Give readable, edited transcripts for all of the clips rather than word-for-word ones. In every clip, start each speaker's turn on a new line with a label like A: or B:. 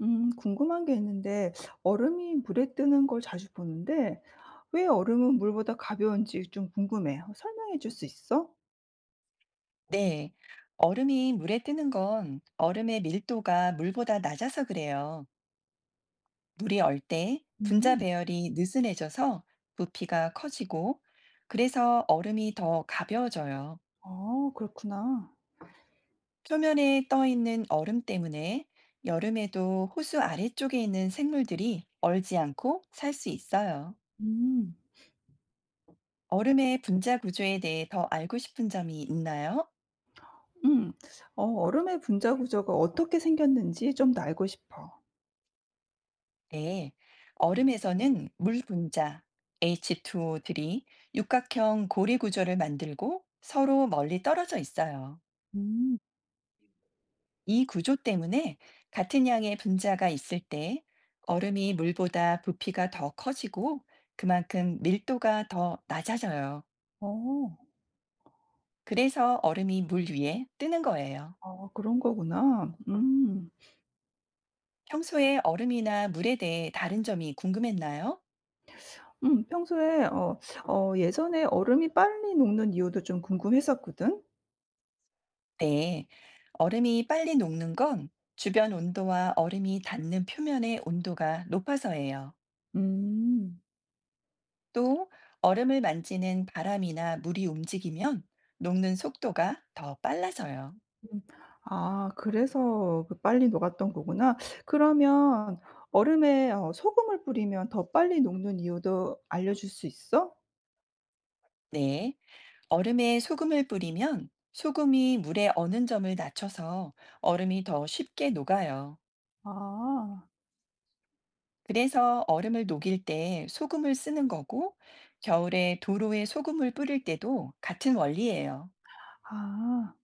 A: 궁금한 게 있는데, 얼음이 물에 뜨는 걸 자주 보는데, 왜 얼음은 물보다 가벼운지 좀 궁금해. 설명해 줄 수 있어?
B: 네. 얼음이 물에 뜨는 건 얼음의 밀도가 물보다 낮아서 그래요. 물이 얼 때 분자
A: 음.
B: 배열이 느슨해져서 부피가 커지고, 그래서 얼음이 더 가벼워져요.
A: 아 그렇구나.
B: 표면에 떠 있는 얼음 때문에 여름에도 호수 아래쪽에 있는 생물들이 얼지 않고 살 수 있어요.
A: 음,
B: 얼음의 분자 구조에 대해 더 알고 싶은 점이 있나요?
A: 음, 얼음의 분자 구조가 어떻게 생겼는지 좀 더 알고 싶어.
B: 네, 얼음에서는 물 분자 H2O들이 육각형 고리 구조를 만들고 서로 멀리 떨어져 있어요.
A: 음.
B: 이 구조 때문에 같은 양의 분자가 있을 때 얼음이 물보다 부피가 더 커지고 그만큼 밀도가 더 낮아져요.
A: 어.
B: 그래서 얼음이 물 위에 뜨는 거예요.
A: 아, 그런 거구나.
B: 평소에 얼음이나 물에 대해 다른 점이 궁금했나요?
A: 평소에, 예전에 얼음이 빨리 녹는 이유도 좀 궁금했었거든.
B: 네, 얼음이 빨리 녹는 건 주변 온도와 얼음이 닿는 표면의 온도가 높아서예요.
A: 음.
B: 또 얼음을 만지는 바람이나 물이 움직이면 녹는 속도가 더 빨라져요.
A: 음. 아 그래서 그 빨리 녹았던 거구나. 그러면 얼음에 소금을 뿌리면 더 빨리 녹는 이유도 알려줄 수 있어?
B: 네, 얼음에 소금을 뿌리면 소금이 물에 어는 점을 낮춰서 얼음이 더 쉽게 녹아요.
A: 아.
B: 그래서 얼음을 녹일 때 소금을 쓰는 거고, 겨울에 도로에 소금을 뿌릴 때도 같은 원리예요.
A: 아.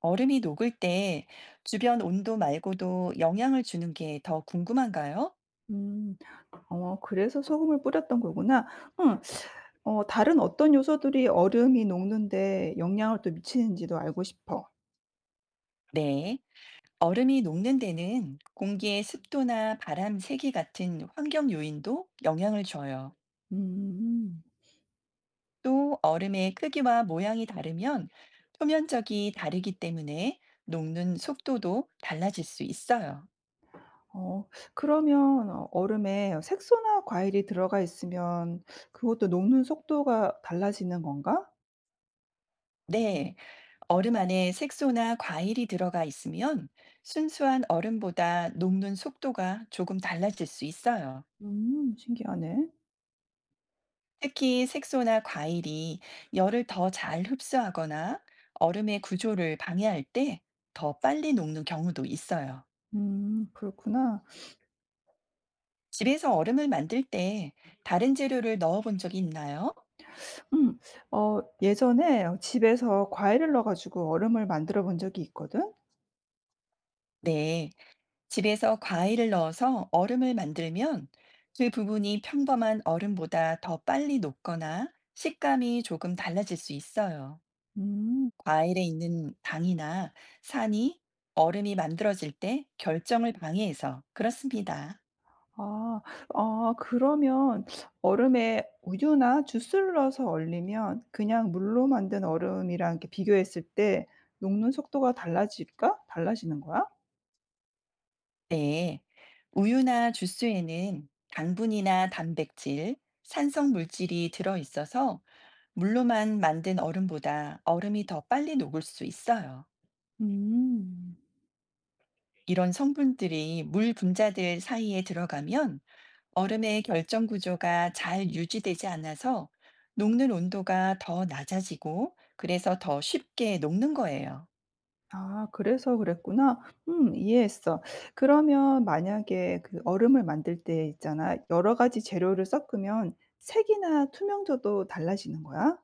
B: 얼음이 녹을 때 주변 온도 말고도 영향을 주는 게 더 궁금한가요?
A: 음. 그래서 소금을 뿌렸던 거구나. 응. 다른 어떤 요소들이 얼음이 녹는데 영향을 또 미치는지도 알고 싶어.
B: 네. 얼음이 녹는 데는 공기의 습도나 바람 세기 같은 환경 요인도 영향을 줘요.
A: 음.
B: 또 얼음의 크기와 모양이 다르면 표면적이 다르기 때문에 녹는 속도도 달라질 수 있어요.
A: 어 그러면 얼음에 색소나 과일이 들어가 있으면 그것도 녹는 속도가 달라지는 건가?
B: 네. 얼음 안에 색소나 과일이 들어가 있으면 순수한 얼음보다 녹는 속도가 조금 달라질 수 있어요.
A: 신기하네.
B: 특히 색소나 과일이 열을 더 잘 흡수하거나 얼음의 구조를 방해할 때 더 빨리 녹는 경우도 있어요.
A: 그렇구나.
B: 집에서 얼음을 만들 때 다른 재료를 넣어 본 적이 있나요?
A: 음 예전에 집에서 과일을 넣어 가지고 얼음을 만들어 본 적이 있거든.
B: 네. 집에서 과일을 넣어서 얼음을 만들면 그 부분이 평범한 얼음보다 더 빨리 녹거나 식감이 조금 달라질 수 있어요.
A: 음.
B: 과일에 있는 당이나 산이 얼음이 만들어질 때 결정을 방해해서 그렇습니다.
A: 아. 아 그러면 얼음에 우유나 주스를 넣어서 얼리면 그냥 물로 만든 얼음이랑 이렇게 비교했을 때 녹는 속도가 달라질까? 달라지는 거야?
B: 네, 우유나 주스에는 당분이나 단백질, 산성 물질이 들어 있어서 물로만 만든 얼음보다 얼음이 더 빨리 녹을 수 있어요.
A: 음.
B: 이런 성분들이 물 분자들 사이에 들어가면 얼음의 결정 구조가 잘 유지되지 않아서 녹는 온도가 더 낮아지고 그래서 더 쉽게 녹는 거예요.
A: 아 그래서 그랬구나. 이해했어. 그러면 만약에 그 얼음을 만들 때 있잖아. 여러 가지 재료를 섞으면 색이나 투명도도 달라지는 거야?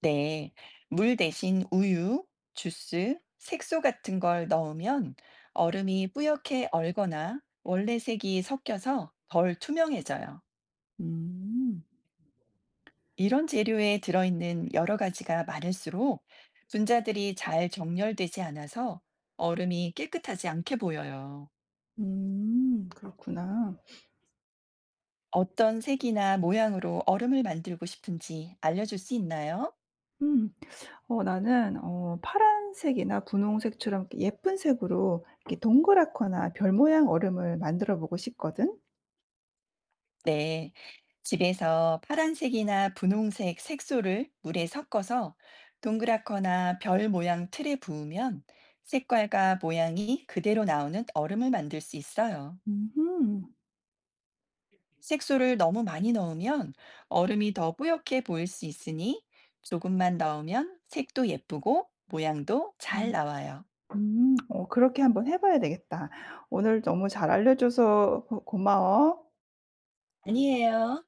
B: 네, 물 대신 우유, 주스, 색소 같은 걸 넣으면 얼음이 뿌옇게 얼거나 원래 색이 섞여서 덜 투명해져요.
A: 음.
B: 이런 재료에 들어있는 여러 가지가 많을수록 분자들이 잘 정렬되지 않아서 얼음이 깨끗하지 않게 보여요.
A: 그렇구나.
B: 어떤 색이나 모양으로 얼음을 만들고 싶은지 알려줄 수 있나요?
A: 음. 나는 파란색이나 분홍색처럼 이렇게 예쁜 색으로 이렇게 동그랗거나 별 모양 얼음을 만들어 보고 싶거든.
B: 네. 집에서 파란색이나 분홍색 색소를 물에 섞어서 동그랗거나 별 모양 틀에 부으면 색깔과 모양이 그대로 나오는 얼음을 만들 수 있어요.
A: 음음. 음.
B: 색소를 너무 많이 넣으면 얼음이 더 뿌옇게 보일 수 있으니 조금만 넣으면 색도 예쁘고 모양도 잘 나와요.
A: 그렇게 한번 해 봐야 되겠다. 오늘 너무 잘 알려 줘서 고 고마워.
B: 아니에요.